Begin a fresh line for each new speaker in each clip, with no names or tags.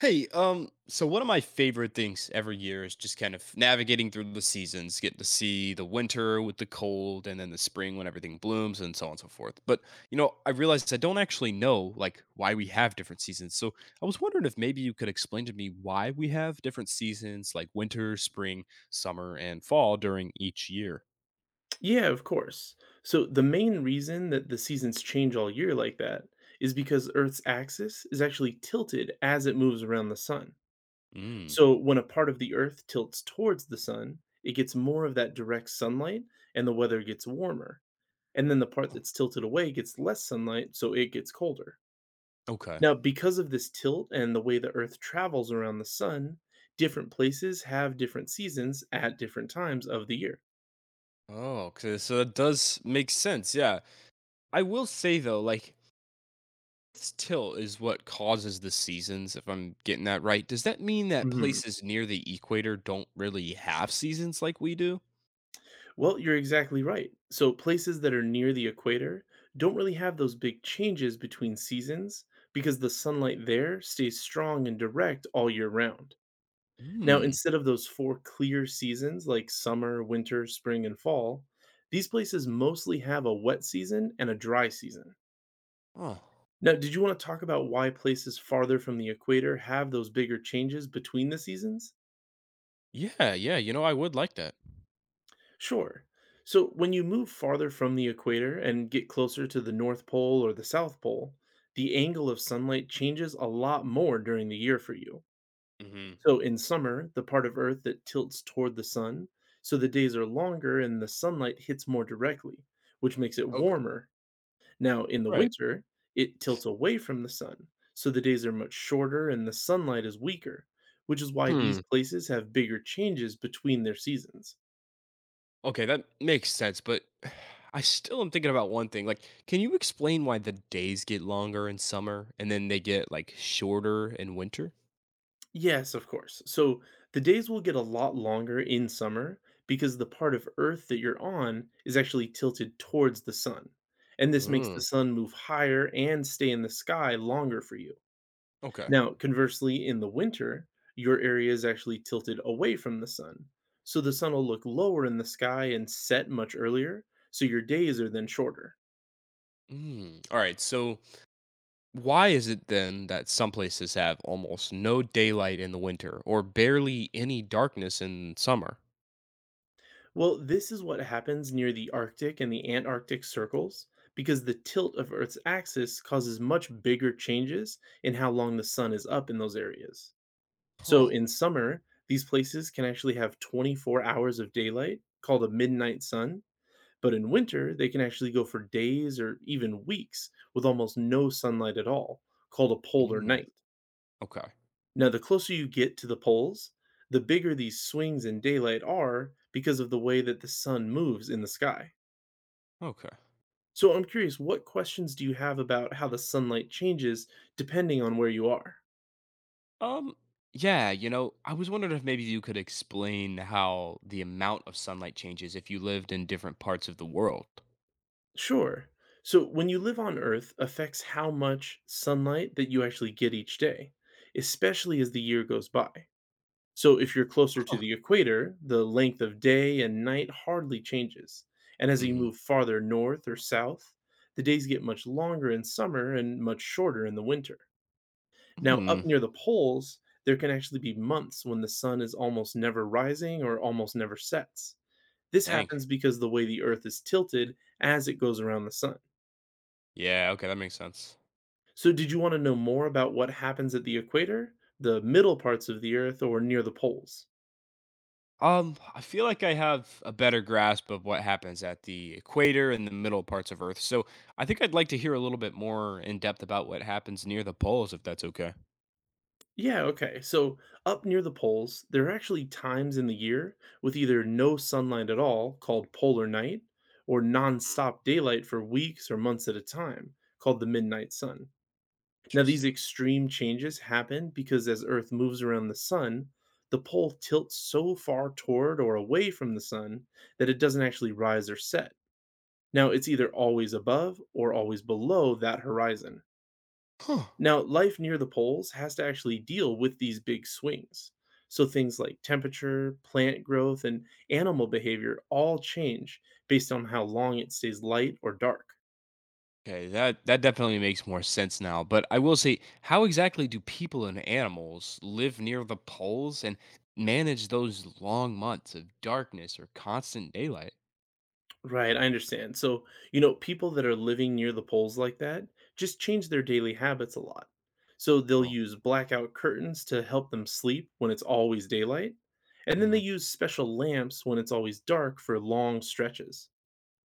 Hey, so one of my favorite things every year is just kind of navigating through the seasons, getting to see the winter with the cold and then the spring when everything blooms and so on and so forth. But, I realized I don't actually know like why we have different seasons. So I was wondering if maybe you could explain to me why we have different seasons like winter, spring, summer, and fall during each year.
Yeah, of course. So, the main reason that the seasons change all year like that is because Earth's axis is actually tilted as it moves around the sun.
Mm,
So, when a part of the Earth tilts towards the sun, it gets more of that direct sunlight and the weather gets warmer. And then the part that's tilted away gets less sunlight, so it gets colder.
okay.
Now, because of this tilt and the way the Earth travels around the sun, different places have different seasons at different times of the year.
Oh, okay. So that does make sense. Yeah. I will say though, like its tilt is what causes the seasons, if I'm getting that right. Does that mean that
Mhm.
places near the equator don't really have seasons like we do?
Well, you're exactly right. So, places that are near the equator don't really have those big changes between seasons because the sunlight there stays strong and direct all year round. Now,
Hmm.
instead of those four clear seasons like summer, winter, spring, and fall, these places mostly have a wet season and a dry season.
Oh.
Now, did you want to talk about why places farther from the equator have those bigger changes between the seasons?
Yeah, yeah, I would like that.
Sure. So when you move farther from the equator and get closer to the North Pole or the South Pole, the angle of sunlight changes a lot more during the year for you.
Hmm.
So in summer, the part of Earth that tilts toward the sun, so the days are longer and the sunlight hits more directly, which makes it
Okay.
warmer. Now in the
Right.
winter, it tilts away from the sun, so the days are much shorter and the sunlight is weaker, which is why these
Hmm.
places have bigger changes between their seasons.
Okay, that makes sense, but I still am thinking about one thing. Like, can you explain why the days get longer in summer and then they get like shorter in winter?
Yes, of course. So the days will get a lot longer in summer because the part of Earth that you're on is actually tilted towards the sun. And this makes the
Mm,
sun move higher and stay in the sky longer for you.
okay.
Now, conversely, in the winter, your area is actually tilted away from the sun. So the sun will look lower in the sky and set much earlier. So your days are then shorter.
Mm. All right. So why is it then that some places have almost no daylight in the winter or barely any darkness in summer?
Well, this is what happens near the Arctic and the Antarctic circles because the tilt of Earth's axis causes much bigger changes in how long the sun is up in those areas. So
Huh.
in summer, these places can actually have 24 hours of daylight called a midnight sun, but in winter, they can actually go for days or even weeks with almost no sunlight at all, called a polar
Mm,
night.
okay.
Now, the closer you get to the poles, the bigger these swings in daylight are because of the way that the sun moves in the sky.
Okay.
So, I'm curious, what questions do you have about how the sunlight changes depending on where you are?
Um yeah, I was wondering if maybe you could explain how the amount of sunlight changes if you lived in different parts of the world.
Sure. So, when you live on Earth affects how much sunlight that you actually get each day, especially as the year goes by. So if you're closer to
Huh.
the equator, the length of day and night hardly changes. And as you
Mhm.
move farther north or south, the days get much longer in summer and much shorter in the winter. Now, up
Hmm.
near the poles, there can actually be months when the sun is almost never rising or almost never sets. This
Dang.
happens because the way the Earth is tilted as it goes around the sun.
Yeah, okay, that makes sense.
So, did you want to know more about what happens at the equator, the middle parts of the Earth, or near the poles?
I feel like I have a better grasp of what happens at the equator and the middle parts of Earth. So I think I'd like to hear a little bit more in depth about what happens near the poles, if that's okay.
Yeah, okay. So, up near the poles, there are actually times in the year with either no sunlight at all, called polar night, or
Mm.
nonstop daylight for weeks or months at a time, called the midnight sun. Now, these
Interesting.
extreme changes happen because as Earth moves around the sun, the pole tilts so far toward or away from the sun that it doesn't actually rise or set. Now, it's either always above or always below that horizon.
Huh.
Now, life near the poles has to actually deal with these big swings. So things like temperature, plant growth, and animal behavior all change based on how long it stays light or dark.
Okay, that definitely makes more sense now. But I will say, how exactly do people and animals live near the poles and manage those long months of darkness or constant daylight?
Right, I understand. So, people that are living near the poles like that just change their daily habits a lot. So they'll
Oh.
use blackout curtains to help them sleep when it's always daylight. And then they
Hmm.
use special lamps when it's always dark for long stretches.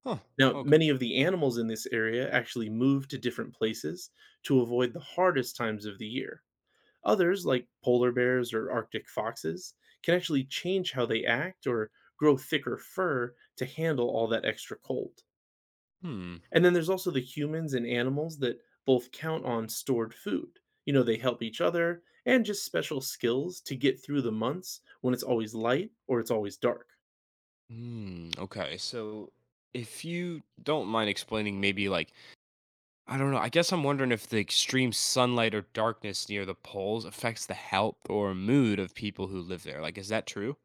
Huh.
Now,
Okay.
many of the animals in this area actually move to different places to avoid the hardest times of the year. Others, like polar bears or Arctic foxes, can actually change how they act or grow thicker fur to handle all that extra cold.
Hmm.
And then there's also the humans and animals that both count on stored food. They help each other and just special skills to get through the months when it's always light or it's always dark.
Mm, okay. So if you don't mind explaining maybe like I don't know, I guess I'm wondering if the extreme sunlight or darkness near the poles affects the health or mood of people who live there. Like is that true?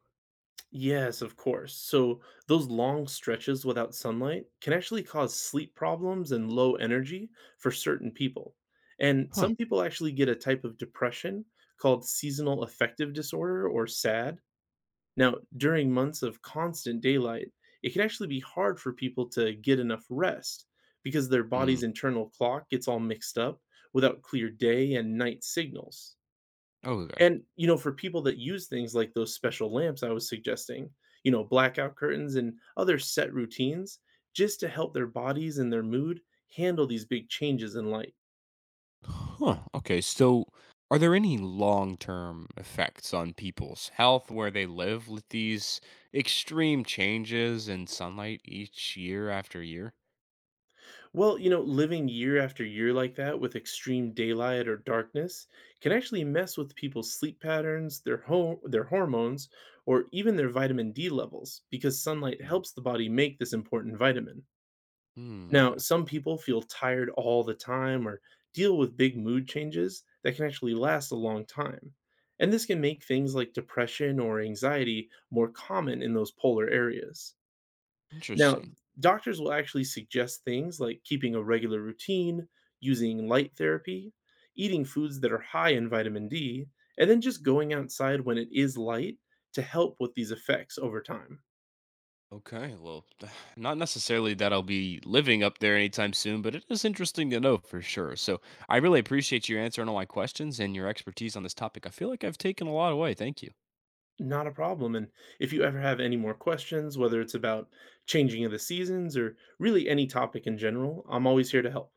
Yes, of course. So, those long stretches without sunlight can actually cause sleep problems and low energy for certain people. And
Huh.
some people actually get a type of depression called seasonal affective disorder or SAD. Now, during months of constant daylight, it can actually be hard for people to get enough rest because their
Mm.
body's internal clock gets all mixed up without clear day and night signals.
Oh, okay.
And, for people that use things like those special lamps I was suggesting, blackout curtains and other set routines just to help their bodies and their mood handle these big changes in light.
Huh. Okay. So are there any long-term effects on people's health where they live with these extreme changes in sunlight each year after year?
Well, living year after year like that with extreme daylight or darkness can actually mess with people's sleep patterns, their home, their hormones, or even their vitamin D levels because sunlight helps the body make this important vitamin.
Hmm,
Now,
okay.
some people feel tired all the time or deal with big mood changes that can actually last a long time. And this can make things like depression or anxiety more common in those polar areas. Now,
Interesting.
doctors will actually suggest things like keeping a regular routine, using light therapy, eating foods that are high in vitamin D, and then just going outside when it is light to help with these effects over time.
Okay, well, not necessarily that I'll be living up there anytime soon, but it is interesting to know for sure. So I really appreciate you answering all my questions and your expertise on this topic. I feel like I've taken a lot away. Thank you.
Not a problem. And if you ever have any more questions, whether it's about changing of the seasons or really any topic in general, I'm always here to help.